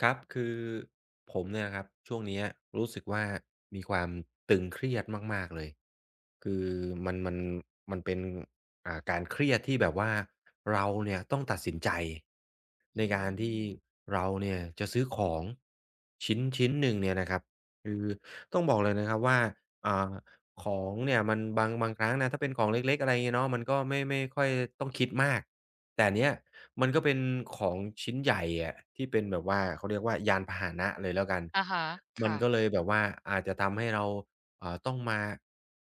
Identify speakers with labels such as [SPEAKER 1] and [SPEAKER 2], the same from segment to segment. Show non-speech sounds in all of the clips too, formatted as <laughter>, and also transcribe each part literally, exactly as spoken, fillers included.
[SPEAKER 1] ครับคือผมเนี่ยนะครับช่วงเนี้ยรู้สึกว่ามีความตึงเครียดมากๆเลยคือมันมันมันเป็นอ่าการเครียดที่แบบว่าเราเนี่ยต้องตัดสินใจ
[SPEAKER 2] อื
[SPEAKER 1] ในการที่
[SPEAKER 2] ม
[SPEAKER 1] เราเนี่ยจะซื้อของชิ้นชิ้นหนึ่งเนี่ยนะครับคือต้องบอกเลยนะครับว่าอ่าของเนี่ยมันบางบางครั้งนะถ้าเป็นของเล็กๆอะไรงี้เนาะมันก็ไม่ไม่ค่อยต้องคิดมาก แต่นเนี้ยมันก็เป็นของชิ้นใหญ่อะที่เป็นแบบว่าเขาเรียกว่ายานพาหนะเลยแล้วกัน
[SPEAKER 2] อะฮะ
[SPEAKER 1] มัน
[SPEAKER 2] ค่ะ
[SPEAKER 1] ก็เลยแบบว่าอาจจะทำให้เราอ่าต้องมา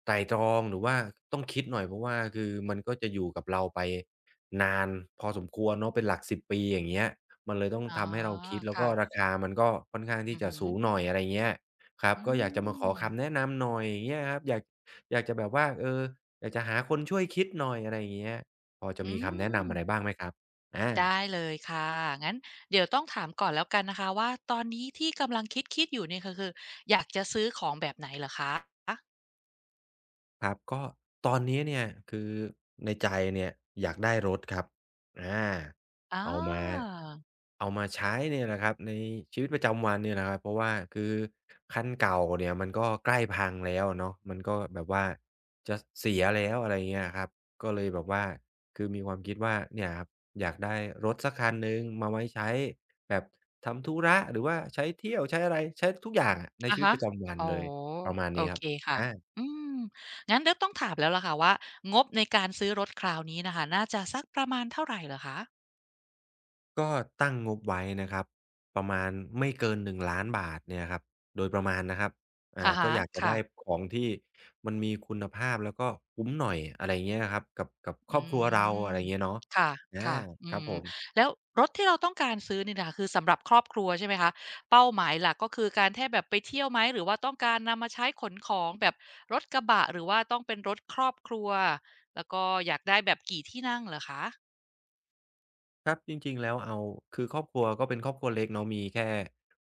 [SPEAKER 1] ไตร่ตรองหรือว่าต้องคิดหน่อยเพราะว่าคือมันก็จะอยู่กับเราไปนานพอสมควรเนาะเป็นหลักสิบปีอย่างเงี้ยมันเลยต้อง
[SPEAKER 2] อ๋อ
[SPEAKER 1] ทำให้เราคิดแล้วก็
[SPEAKER 2] ค่ะ
[SPEAKER 1] ราคามันก็ค่อนข้าง
[SPEAKER 2] อื
[SPEAKER 1] ที่
[SPEAKER 2] อ
[SPEAKER 1] จะ
[SPEAKER 2] ฮึ
[SPEAKER 1] สูงหน่อยอะไรเงี้ยครับ
[SPEAKER 2] อื
[SPEAKER 1] ก็อยากจะมาข
[SPEAKER 2] ม
[SPEAKER 1] อคำแนะนำหน่อยอย่างเงี้ยครับอยากอยากจะแบบว่าเอออยากจะหาคนช่วยคิดหน่อยอะไรอย่างเงี้ย พอจะ
[SPEAKER 2] อื
[SPEAKER 1] มีคำแนะ
[SPEAKER 2] ม
[SPEAKER 1] นำอะไรบ้างไหมครับอา
[SPEAKER 2] ได้เลยค่ะ งั้นเดี๋ยวต้องถามก่อนแล้วกันนะคะว่าตอนนี้ที่กำลังคิดๆอยู่เนี่ยก็คืออยากจะซื้อของแบบไหนเหรอคะอ
[SPEAKER 1] ครับก็ตอนนี้เนี่ยคือในใจเนี่ยอยากได้รถครับอาเอามา
[SPEAKER 2] า
[SPEAKER 1] เอามาใช้เนี่ยแหละครับในชีวิตประจำวันเนี่ยแหละครับเพราะว่าคือคันเก่าเนี่ยมันก็ใกล้พังแล้วอะเนาะมันก็แบบว่าจะเสียแล้วอะไรเงี้ยครับก็เลยแบบว่าคือมีความคิดว่าเนี่ยครับอยากได้รถสักคันหนึ่งมาไว้ใช้แบบทำธุระหรือว่าใช้เที่ยวใช้อะไรใช้ทุกอย่างอะใน
[SPEAKER 2] อะ
[SPEAKER 1] ชีวิต
[SPEAKER 2] ฮะ
[SPEAKER 1] ประจำวัน
[SPEAKER 2] อ๋อ
[SPEAKER 1] เลยประมาณ
[SPEAKER 2] โอ
[SPEAKER 1] นี้ค
[SPEAKER 2] เค
[SPEAKER 1] รับ
[SPEAKER 2] ค่ะ
[SPEAKER 1] อา
[SPEAKER 2] อืม งั้นเดี๋ยวต้องถามแล้วล่ะค่ะว่างบในการซื้อรถคราวนี้น่ะค่ะน่าจะสักประมาณเท่าไรเหรอคะ
[SPEAKER 1] ก็ตั้งงบไว้นะครับประมาณไม่เกิน1่งล้านบาทเนี่ยครับโดยประมาณนะครับอ่า
[SPEAKER 2] อะ
[SPEAKER 1] ก็
[SPEAKER 2] ฮะ
[SPEAKER 1] อยากจะ
[SPEAKER 2] ค่ะ
[SPEAKER 1] ได้ของที่มันมีคุณภาพแล้วก็คุ้มหน่อยอะไรเงี้ยครับกับกับคร
[SPEAKER 2] อื
[SPEAKER 1] อบครัวเราอะ
[SPEAKER 2] ม
[SPEAKER 1] ไรเงี้ยเนาะ
[SPEAKER 2] ค่ะ
[SPEAKER 1] อา
[SPEAKER 2] ค่ะ
[SPEAKER 1] ค
[SPEAKER 2] อื
[SPEAKER 1] รับ
[SPEAKER 2] ม
[SPEAKER 1] ผม
[SPEAKER 2] แล้วรถที่เราต้องการซื้อนี่นะคะคือสำหรับครอบครัวใช่ไหมคะเป้าหมายหลักก็คือการแท่แบบไปเที่ยวไหมหรือว่าต้องการนำมาใช้ขนของแบบรถกระบะหรือว่าต้องเป็นรถครอบครัวแล้วก็อยากได้แบบกี่ที่นั่งเหรอคะ
[SPEAKER 1] ครับจริงๆแล้วเอาคือครอบครัวก็เป็นครอบครัวเล็กเนาะมีแค่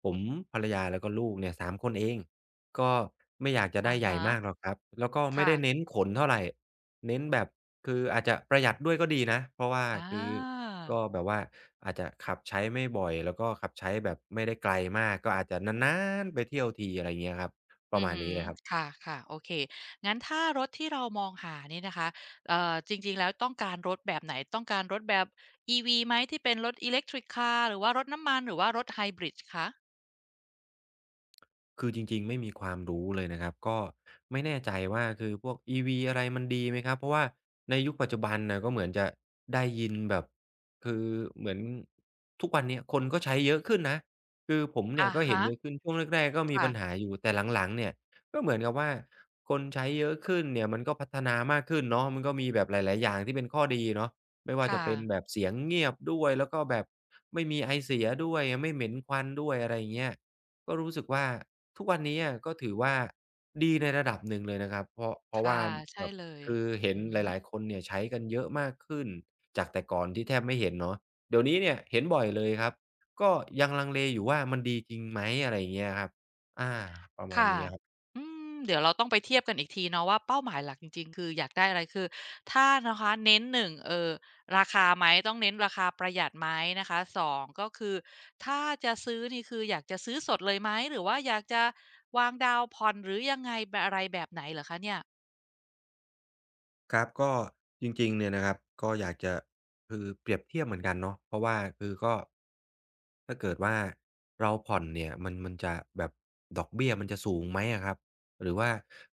[SPEAKER 1] ผมภรรยาแล้วก็ลูกเนี่ยสามคนเองก็ไม่อยากจะได้
[SPEAKER 2] อะ
[SPEAKER 1] ใหญ่
[SPEAKER 2] ฮะ
[SPEAKER 1] มากหรอกครับแล้วก็ไม่
[SPEAKER 2] ค่ะ
[SPEAKER 1] ได้เน้นขนเท่าไรเน้นแบบคืออาจจะประหยัดด้วยก็ดีนะเพราะว่า
[SPEAKER 2] อา
[SPEAKER 1] คือก็แบบว่าอาจจะขับใช้ไม่บ่อยแล้วก็ขับใช้แบบไม่ได้ไกลมากก็อาจจะนานๆไปเที่ยวทีอะไรเงี้ยครับประ
[SPEAKER 2] อือ
[SPEAKER 1] มาณ
[SPEAKER 2] ฮึ
[SPEAKER 1] นี้เลยครับ
[SPEAKER 2] ค่ะค่ะ โอเค งั้นถ้ารถที่เรามองหานี่นะคะเอ่อจริงๆแล้วต้องการรถแบบไหน ต้องการรถแบบ อี วี ไหมที่เป็นรถ Electric าร์หรือว่ารถน้ำมันหรือว่ารถ Hybrid คะ
[SPEAKER 1] คือจริงๆไม่มีความรู้เลยนะครับก็ไม่แน่ใจว่าคือพวก อี วี อะไรมันดีไหมครับเพราะว่าในยุคปัจจุบันน่ะก็เหมือนจะได้ยินแบบคือเหมือนทุกวันเนี้ยคนก็ใช้เยอะขึ้นนะคือผมเนี่ย
[SPEAKER 2] อา
[SPEAKER 1] ก็เห็น
[SPEAKER 2] ฮะ
[SPEAKER 1] เยอะขึ้นช่วงแรกๆก็มี
[SPEAKER 2] ค่ะ
[SPEAKER 1] ปัญหาอยู่แต่หลังๆเนี่ยก็เหมือนกับว่าคนใช้เยอะขึ้นเนี่ยมันก็พัฒนามากขึ้นเนาะมันก็มีแบบหลายๆอย่างที่เป็นข้อดีเนาะไม่ว่าจะ
[SPEAKER 2] ค่ะ
[SPEAKER 1] เป็นแบบเสียงเงียบด้วยแล้วก็แบบไม่มีไอเสียด้วยไม่เหม็นควันด้วยอะไรอย่างเงี้ยก็รู้สึกว่า ทุกวันนี้อะก็ถือว่าดีในระดับหนึ่งเลยนะครับเพราะเพราะว่า
[SPEAKER 2] ค่ะ ใช่
[SPEAKER 1] แบบ
[SPEAKER 2] เลย
[SPEAKER 1] คือเห็
[SPEAKER 2] อื
[SPEAKER 1] น
[SPEAKER 2] อหื
[SPEAKER 1] หลาย
[SPEAKER 2] อ
[SPEAKER 1] ๆคนเนี่ยใช้กันเยอะมากขึ้นจากแต่ก่อนที่แทบไม่เห็นเนาะเดี๋ยวนี้เนี่ยเห็นบ่อยเลยครับก็ยังลังเลอยู่ว่ามันดีจริงไหมอะไรอย่างเงี้ยครับอาประมาณ
[SPEAKER 2] ค่ะ
[SPEAKER 1] นี้ครับ
[SPEAKER 2] อืมเดี๋ยวเราต้องไปเทียบกันอีกทีเนาะว่าเป้าหมายหลักจริงๆคืออยากได้อะไรคือถ้านะคะเน้นหนึ่งเอ่อราคาไหมต้องเน้นราคาประหยัดไหมนะคะสองก็คือถ้าจะซื้อนี่คืออยากจะซื้อสดเลยไหมหรือว่าอยากจะวางดาวน์ผ่อนหรือยังไงแบบอะไรแบบไหนเหรอคะเนี่ย
[SPEAKER 1] ครับก็จริงๆเนี่ยนะครับก็อยากจะคือเปรียบเทียบเหมือนกันเนาะเพราะว่าคือก็ถ้าเกิดว่าเราผ่อนเนี่ยมันมันจะแบบดอกเบี้ยมันจะสูงไหมอะครับหรือว่า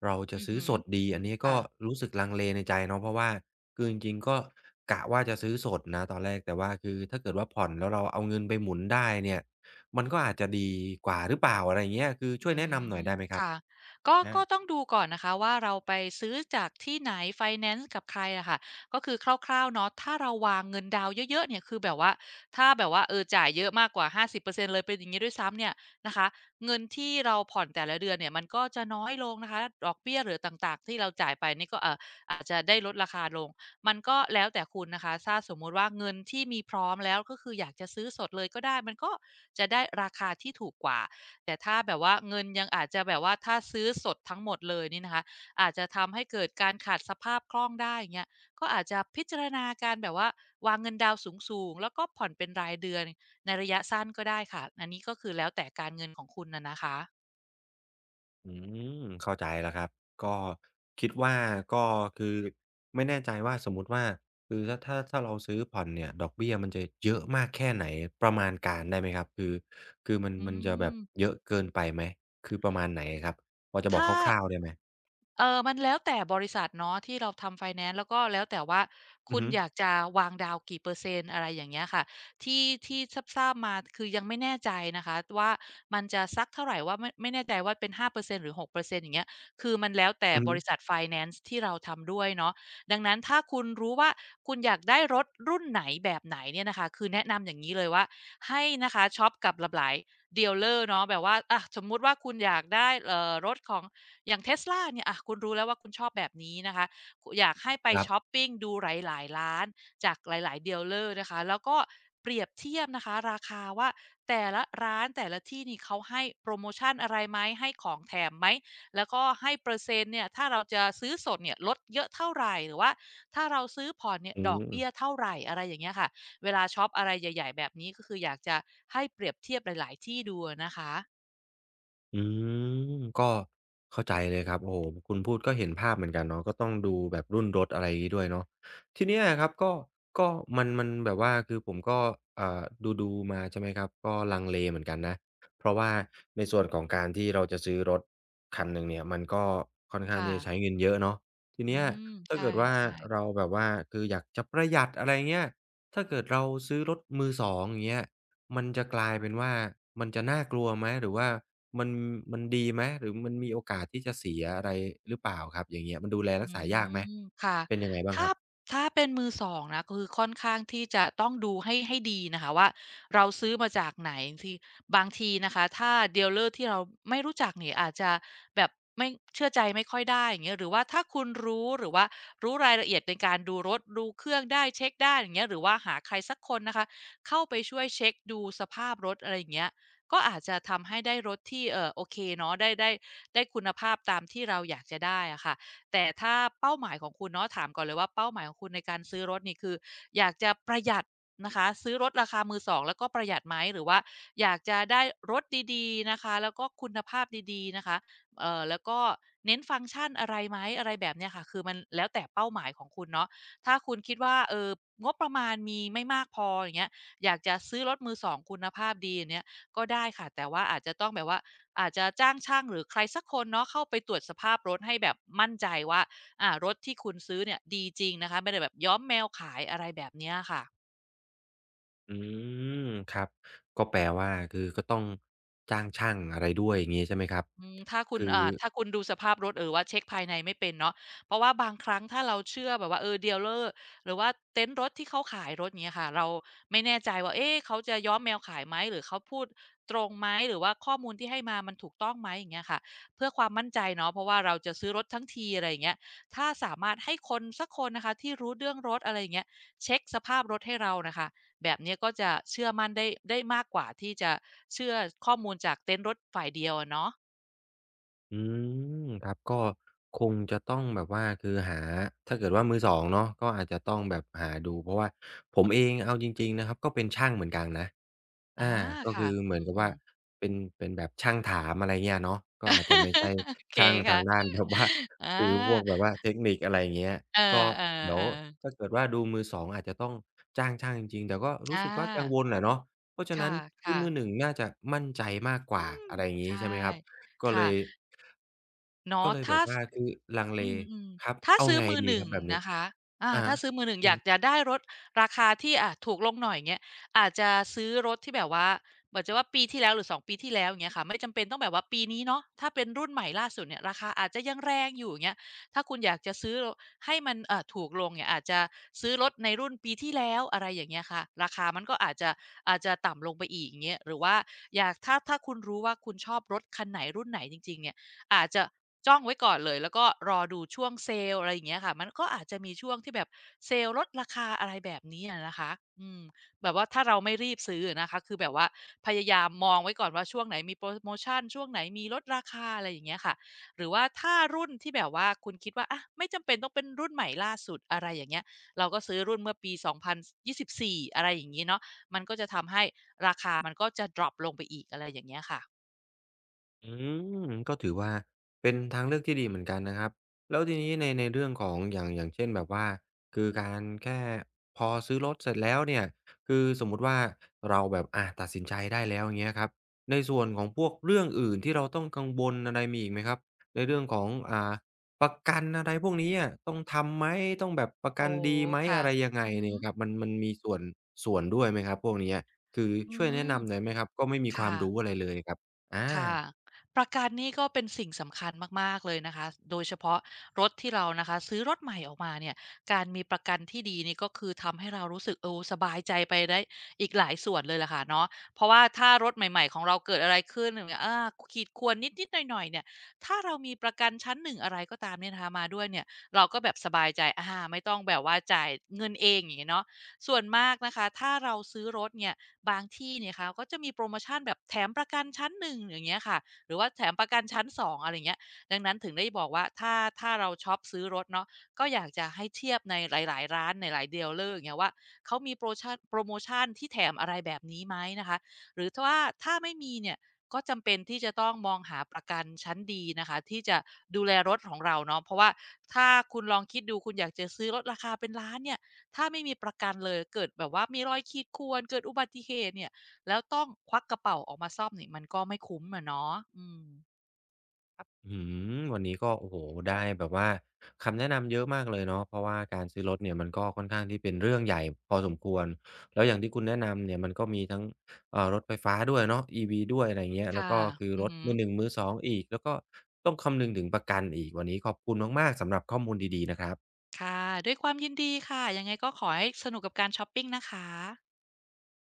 [SPEAKER 1] เราจะ
[SPEAKER 2] อือ
[SPEAKER 1] ซื้อ
[SPEAKER 2] ฮึ
[SPEAKER 1] สดดีอันนี้ก็
[SPEAKER 2] ค่ะ
[SPEAKER 1] รู้สึกลังเลในใจเนาะเพราะว่าคือจริงๆก็กะว่าจะซื้อสดนะตอนแรกแต่ว่าคือถ้าเกิดว่าผ่อนแล้วเราเอาเงินไปหมุนได้เนี่ยมันก็อาจจะดีกว่าหรือเปล่าอะไรอย่างเงี้ยคือช่ว
[SPEAKER 2] อื
[SPEAKER 1] ยแนะนำหน่อย
[SPEAKER 2] ม
[SPEAKER 1] ได้ไหมครับ
[SPEAKER 2] ค่ะก็
[SPEAKER 1] อา
[SPEAKER 2] ก็ต้องดูก่อนนะคะว่าเราไปซื้อจากที่ไหนไฟแนนซ์กับใครอะค่ะก็คือคร่าวๆเนาะถ้าเราวางเงินดาวน์เยอะๆเนี่ยคือแบบว่าถ้าแบบว่าเออจ่ายเยอะมากกว่าห้าสิบเปอร์เซ็นต์เปอร์เซ็นต์เลยเป็นอย่างงี้ด้วยซ้ำเนี่ยนะคะเงินที่เราผ่อนแต่ละเดือนเนี่ยมันก็จะน้อยลงนะคะดอกเบี้ยหรือต่างๆที่เราจ่ายไปนี่ก็เอ่ออาจจะได้ลดราคาลงมันก็แล้วแต่คุณนะคะถ้าสมมุติว่าเงินที่มีพร้อมแล้วก็คืออยากจะซื้อสดเลยก็ได้มันก็จะได้ราคาที่ถูกกว่า แต่ถ้าแบบว่าเงินยังอาจจะแบบว่าถ้าซื้อสดทั้งหมดเลยนี่นะคะอาจจะทำให้เกิดการขาดสภาพคล่องได้อย่างเงี้ยก็อาจจะพิจารณาการแบบว่าวางเงินดาวน์สูงๆแล้วก็ผ่อนเป็นรายเดือนในระยะสั้นก็ได้ค่ะอันนี้ก็คือแล้วแต่การเงินของคุณน่ะนะคะ
[SPEAKER 1] อืมเข้าใจแล้วครับก็คิดว่าก็คือไม่แน่ใจว่าสมมุติว่าคือถ้าถ้าถ้าเราซื้อผ่อนเนี่ยดอกเบี้ยมันจะเยอะมากแค่ไหนประมาณการได้ไหมครับคือคือมัน
[SPEAKER 2] อื
[SPEAKER 1] มันจะแบบ
[SPEAKER 2] ม
[SPEAKER 1] เยอะเกินไปไหมคือประมาณไหนครับพอจะบอก
[SPEAKER 2] ถ้า
[SPEAKER 1] คร่าวๆได้ไหม
[SPEAKER 2] เออมันแล้วแต่บริษัทเนาะที่เราทำไฟแนนซ์แล้วก็แล้วแต่ว่า
[SPEAKER 1] อื
[SPEAKER 2] คุ
[SPEAKER 1] อ
[SPEAKER 2] ณ
[SPEAKER 1] ฮึ
[SPEAKER 2] อยากจะวางดาวน์กี่เปอร์เซ็นต์อะไรอย่างเงี้ยค่ะที่ที่ทราบๆมาคือยังไม่แน่ใจนะคะว่ามันจะสักเท่าไรว่าไม่ไม่แน่ใจว่าเป็นห้าเปอร์เซ็นต์หรือหกเปอร์เซ็นต์อย่างเงี้ยคือมันแล้วแต่
[SPEAKER 1] อือ
[SPEAKER 2] บ
[SPEAKER 1] ฮึ
[SPEAKER 2] ริษัทไฟแนนซ์ที่เราทำด้วยเนาะดังนั้นถ้าคุณรู้ว่าคุณอยากได้รถรุ่นไหนแบบไหนเนี่ยนะคะคือแนะนำอย่างงี้เลยว่าให้นะคะช็อปกับหลากหลายดีลเลอร์เนาะแบบว่าอะสมมุติว่าคุณอยากได้เอ่อรถของ อย่าง Tesla เนี่ยอะคุณรู้แล้วว่าคุณชอบแบบนี้นะคะคุอยากให้ไป
[SPEAKER 1] ครั
[SPEAKER 2] ช็อ
[SPEAKER 1] บ
[SPEAKER 2] ปปิงดูหลายๆร้านจากหลายๆดีลเลอร์นะคะแล้วก็เปรียบเทียบนะคะราคาว่าแต่ละร้านแต่ละที่นี่เขาให้โพรโมชันอะไรไหมให้ของแถมไหมแล้วก็ให้เปอร์เซ็นต์เนี่ยถ้าเราจะซื้อสดเนี่ยลดเยอะเท่าไรหรือว่าถ้าเราซื้อผ่อนเนี่ย
[SPEAKER 1] อื
[SPEAKER 2] ดอก
[SPEAKER 1] ม
[SPEAKER 2] เบี้ยเท่าไรอะไรอย่างเงี้ยค่ะเวลาช็อปอะไรใหญ่ๆแบบนี้ก็คืออยากจะให้เปรียบเทียบหลายๆที่ดูอะนะคะ
[SPEAKER 1] อืมก็เข้าใจเลยครับโอ้โหคุณพูดก็เห็นภาพเหมือนกันเนาะก็ต้องดูแบบรุ่นรถอะไรอย่างงี้ด้วยเนาะทีเนี้ยครับก็ก็มันมันแบบว่าคือผมก็อ่าดูดูมาใช่ไหมครับก็ลังเลเหมือนกันนะเพราะว่าในส่วนของการที่เราจะซื้อรถคันหนึ่งเนี่ยมันก็ค่อนข้าง
[SPEAKER 2] ค่ะ
[SPEAKER 1] ที่จะใช้เงินเยอะเนาะที
[SPEAKER 2] อื
[SPEAKER 1] เนี้ย
[SPEAKER 2] มใช
[SPEAKER 1] ถ้าเกิดว่า
[SPEAKER 2] ่ๆ
[SPEAKER 1] เราแบบว่าคืออยากจะประหยัดอะไรเงี้ยถ้าเกิดเราซื้อรถมือสองอย่างเงี้ยมันจะกลายเป็นว่ามันจะน่ากลัวไหมหรือว่า มันมันดีไหมหรือมันมีโอกาสที่จะเสียอะไรหรือเปล่าครับอย่างเงี้ยมันดูแลรัก
[SPEAKER 2] อื
[SPEAKER 1] ษายากไหม
[SPEAKER 2] มค่ะ
[SPEAKER 1] เป็นยังไงบ้างค
[SPEAKER 2] ถ้า
[SPEAKER 1] รับ
[SPEAKER 2] ถ้าเป็นมือสองนะคือค่อนข้างที่จะต้องดูให้ให้ดีนะคะว่าเราซื้อมาจากไหนที่บางทีนะคะถ้า dealer ที่เราไม่รู้จักนี่อาจจะแบบไม่เชื่อใจไม่ค่อยได้อย่างเงี้ยหรือว่าถ้าคุณรู้หรือว่ารู้รายละเอียดในการดูรถดูเครื่องได้เช็กได้อย่างเงี้ยหรือว่าหาใครสักคนนะคะเข้าไปช่วยเช็กดูสภาพรถอะไรอย่างเงี้ยก็อาจจะทำให้ได้รถที่เอ่อโอเคเนาะได้ได้ได้คุณภาพตามที่เราอยากจะได้อะค่ะ แต่ถ้าเป้าหมายของคุณเนาะถามก่อนเลยว่าเป้าหมายของคุณในการซื้อรถนี่คืออยากจะประหยัดนะคะซื้อรถราคามือสองแล้วก็ประหยัดไหมหรือว่าอยากจะได้รถดีๆนะคะแล้วก็คุณภาพดีๆนะคะเอ่อแล้วก็เน้นฟังก์ชันอะไรไหมอะไรแบบเนี้ยค่ะคือมันแล้วแต่เป้าหมายของคุณเนาะถ้าคุณคิดว่าเอ่องบประมาณมีไม่มากพออย่างเงี้ยอยากจะซื้อรถมือสองคุณภาพดีอย่างเงี้ยก็ได้ค่ะแต่ว่าอาจจะต้องแบบว่า อาจจะจ้างช่างหรือใครสักคนเนาะเข้าไปตรวจสภาพรถให้แบบมั่นใจว่าอ่ารถที่คุณซื้อเนี่ยดีจริงนะคะไม่ได้แบบย้อมแมวขายอะไรแบบเนี้ยค่ะ
[SPEAKER 1] อืมครับก็แปลว่าคือก็ต้องจ้างช่างอะไรด้วยอย่างงี้ใช่ไหมครับ
[SPEAKER 2] อืมถ้าคุณ
[SPEAKER 1] คือ
[SPEAKER 2] อ่าถ้าคุณดูสภาพรถหรือว่าเช็กภายในไม่เป็นเนาะเพราะว่าบางครั้งถ้าเราเชื่อแบบว่าเออดีลเลอร์หรือว่าเต็นท์รถที่เขาขายรถอย่างเงี้ยค่ะเราไม่แน่ใจว่าเอ๊ะเขาจะย้อมแมวขายไหมหรือเขาพูดตรงไหมหรือว่าข้อมูลที่ให้มามันถูกต้องไหมอย่างเงี้ยค่ะเพื่อความมั่นใจเนาะเพราะว่าเราจะซื้อรถทั้งทีอะไรอย่างเงี้ยถ้าสามารถให้คนสักคนนะคะที่รู้เรื่องรถอะไรอย่างเงี้ยเช็กสภาพรถให้เราน่ะค่ะแบบเนี้ยก็จะเชื่อมั่นได้ได้มากกว่าที่จะเชื่อข้อมูลจากเต็นท์รถฝ่ายเดียวอะเนาะ
[SPEAKER 1] อืมครับก็คงจะต้องแบบว่าคือหาถ้าเกิดว่ามือสองเนาะก็อาจจะต้องแบบหาดูเพราะว่าผมเองเอาจริงๆนะครับก็เป็นช่างเหมือนกันนะ
[SPEAKER 2] อา
[SPEAKER 1] อาก็คื
[SPEAKER 2] ค่ะ
[SPEAKER 1] อเหมื
[SPEAKER 2] อ
[SPEAKER 1] อนกับ
[SPEAKER 2] ื
[SPEAKER 1] ว่า
[SPEAKER 2] มๆ
[SPEAKER 1] เป็นเป็นแบบช่างถามอะไรเงี้ยเนาะก็อาจจะไม่ใช่
[SPEAKER 2] <laughs> โอเค
[SPEAKER 1] ช่างทางด้า
[SPEAKER 2] ค่ะ
[SPEAKER 1] นแบบว่า
[SPEAKER 2] อ
[SPEAKER 1] คือพวก
[SPEAKER 2] า
[SPEAKER 1] แบบว่าเทคนิคอะไรเงี้ย
[SPEAKER 2] เอ
[SPEAKER 1] ก็
[SPEAKER 2] อ
[SPEAKER 1] เดี๋ยว
[SPEAKER 2] ๆๆ
[SPEAKER 1] ถ้าเกิดว่าดูมือสองอาจจะต้องจ้างช่างจริงๆแต่ก็รู้
[SPEAKER 2] อา
[SPEAKER 1] สึกว่ากังวลอะเนาะเพราะฉะ
[SPEAKER 2] ค
[SPEAKER 1] นั้นคือ
[SPEAKER 2] ่ะ
[SPEAKER 1] มือหนึ่งน่งน่าจะมั่นใจมากก
[SPEAKER 2] ๆอื
[SPEAKER 1] ว่า
[SPEAKER 2] ม
[SPEAKER 1] อะไรอย่างงี้
[SPEAKER 2] ใช่
[SPEAKER 1] ใช่ไหมครับก็เล
[SPEAKER 2] ค่ะ
[SPEAKER 1] ย ก็
[SPEAKER 2] เนาะ
[SPEAKER 1] เลยแบ
[SPEAKER 2] ถ้า
[SPEAKER 1] บว่าคือลังเล
[SPEAKER 2] อืมอืม
[SPEAKER 1] ครับ
[SPEAKER 2] ถ้า
[SPEAKER 1] เอา
[SPEAKER 2] ซื้อ
[SPEAKER 1] ไง
[SPEAKER 2] มือ
[SPEAKER 1] ดีค
[SPEAKER 2] หนึ่ง
[SPEAKER 1] รับแบบ
[SPEAKER 2] นง
[SPEAKER 1] นี้
[SPEAKER 2] นะคะอา
[SPEAKER 1] อะฮะ
[SPEAKER 2] ถ้าซื้อมือหนึ่ง
[SPEAKER 1] อื
[SPEAKER 2] อ
[SPEAKER 1] อ
[SPEAKER 2] ยา
[SPEAKER 1] ฮึ
[SPEAKER 2] กจะได้รถราคาที่อ่ะถูกลงหน่อยอย่างเงี้ยอาจจะซื้อรถที่แบบว่าเหมือนจะว่าปีที่แล้วหรือสองปีที่แล้วอย่างเงี้ยค่ะไม่จำเป็นต้องแบบว่าปีนี้เนาะถ้าเป็นรุ่นใหม่ล่าสุดเนี่ยราคาอาจจะยังแรงอยู่อย่างเงี้ยถ้าคุณอยากจะซื้อให้มันเอ่อถูกลงเนี่ยอาจจะซื้อรถในรุ่นปีที่แล้วอะไรอย่างเงี้ยค่ะราคามันก็อาจจะอาจจะต่ำลงไปอีกอย่างเงี้ยหรือว่าอยากถ้าถ้าคุณรู้ว่าคุณชอบรถคันไหนรุ่นไหนจริงๆเนี่ย อาจจะจ้องไว้ก่อนเลยแล้วก็รอดูช่วงเซลล์อะไรอย่างเงี้ยค่ะมันก็อาจจะมีช่วงที่แบบเซลล์ลดราคาอะไรแบบนี้อะนะคะอืมแบบว่าถ้าเราไม่รีบซื้ออะนะคะคือแบบว่าพยายามมองไว้ก่อนว่าช่วงไหนมีโพรโมชันช่วงไหนมีลดราคาอะไรอย่างเงี้ยค่ะหรือว่าถ้ารุ่นที่แบบว่าคุณคิดว่าอะไม่จำเป็นต้องเป็นรุ่นใหม่ล่าสุดอะไรอย่างเงี้ยเราก็ซื้อรุ่นเมื่อปีสองพันยี่สิบ0ี่อะไรอย่างงี้เนาะมันก็จะทำให้ราคามันก็จะดร็อปลงไปอีกอะไรอย่างเงี้ยค่ะ
[SPEAKER 1] อืมก็ถือว่าเป็นทางเลือกที่ดีเหมือนกันนะครับแล้วทีนี้ในในเรื่องของอย่างอย่างเช่นแบบว่าคือการแค่พอซื้อรถเสร็จแล้วเนี่ยคือสมมุติว่าเราแบบอาตัดสินใจได้แล้วอย่างเงี้ยครับในส่วนของพวกเรื่องอื่นที่เราต้องกังวลอะไรมีอีกไหมครับในเรื่องของอ่าประกันอะไรพวกนี้อะต้องทำไหมต้องแบบประกัน
[SPEAKER 2] โอ้โฮ
[SPEAKER 1] ดีไหม
[SPEAKER 2] ค่ะ
[SPEAKER 1] อะไรยังไง
[SPEAKER 2] อือฮึ
[SPEAKER 1] เนี่ยครับมันมันมีส่วนส่วนด้วยไหมครับพวกเนี้ยคือ
[SPEAKER 2] อื
[SPEAKER 1] ช่วยแนะ
[SPEAKER 2] ม
[SPEAKER 1] นำหน่อยไหมครับก็ไม่มีความ
[SPEAKER 2] ค่ะ
[SPEAKER 1] รู้อะไรเลยครับอา
[SPEAKER 2] ค่ะ ประกันนี่ก็เป็นสิ่งสำคัญมากๆเลยนะคะ โดยเฉพาะรถที่เรานะคะซื้อรถใหม่ออกมาเนี่ยการมีประกันที่ดีนี่ก็คือทำให้เรารู้สึกเออสบายใจไปได้อีกหลายส่วนเลยแหละค่ะเนาะเพราะว่าถ้ารถใหม่ๆของเราเกิดอะไรขึ้นอย่างเงี้ยอาขีดข่วนนิดๆหน่อยๆเนี่ยถ้าเรามีประกันชั้นหนึ่งอะไรก็ตามเนี่ยนะคะมาด้วยเนี่ยเราก็แบบสบายใจอาไม่ต้องแบบว่าจ่ายเงินเองอย่างงี้เนาะส่วนมากนะคะถ้าเราซื้อรถเนี่ย บางที่เนี่ยค่ะก็จะมีโปรโมชั่นแบบแถมประกันชั้นหนึ่งอย่างเงี้ยค่ะหรือว่าแถมประกันชั้นสององอะไราเงี้ยดังนั้นถึงได้บอกว่าถ้าถ้าเราช็อปซื้อรถเนาะก็อยากจะให้เทียบในหลายๆร้านในหลายเดีลเลอร์อย่างเงี้ยว่าเขามีโปรโมชันโปรโมชั่นที่แถมอะไรแบบนี้ไหมนะคะหรือถ้าว่าถ้าไม่มีเนี่ยก็จำเป็นที่จะต้องมองหาประกันชั้นดีนะคะที่จะดูแลรถของเราเนาะเพราะว่าถ้าคุณลองคิดดูคุณอยากจะซื้อรถราคาเป็นล้านเนี่ย ถ้าไม่มีประกันเลยเกิดแบบว่ามีรอยขีดข่วนเกิดอุบัติเหตุเนี่ยแล้วต้องควักกระเป๋าออกมาซ่อมนี่มันก็ไม่คุ้มอะเนาะอืม
[SPEAKER 1] อื้วันนี้ก็โอ้โฮได้แบบว่าคำแนะนำเยอะมากเลยเนาะเพราะว่าการซื้อรถเนี่ยมันก็ค่อนข้างที่เป็นเรื่องใหญ่พอสมควรแล้วอย่างที่คุณแนะนำเนี่ยมันก็มีทั้งเอ่อรถไฟฟ้าด้วยเนาะ อี วี ด้วยอะไรอย่างเงี้ยแล้ว
[SPEAKER 2] ค่ะ
[SPEAKER 1] ก็คือ
[SPEAKER 2] อื
[SPEAKER 1] ร
[SPEAKER 2] อ
[SPEAKER 1] ถ
[SPEAKER 2] ฮึ
[SPEAKER 1] มือหนึ่งมือสององอีกแล้วก็ต้องคำนึงถึงประกันอีกวันนี้ขอบคุณมากๆสำหรับข้อมูลดีๆนะครับ
[SPEAKER 2] ค่ะด้วยความยินดีค่ะยังไงก็ขอให้สนุกกับการชอปปิงนะคะ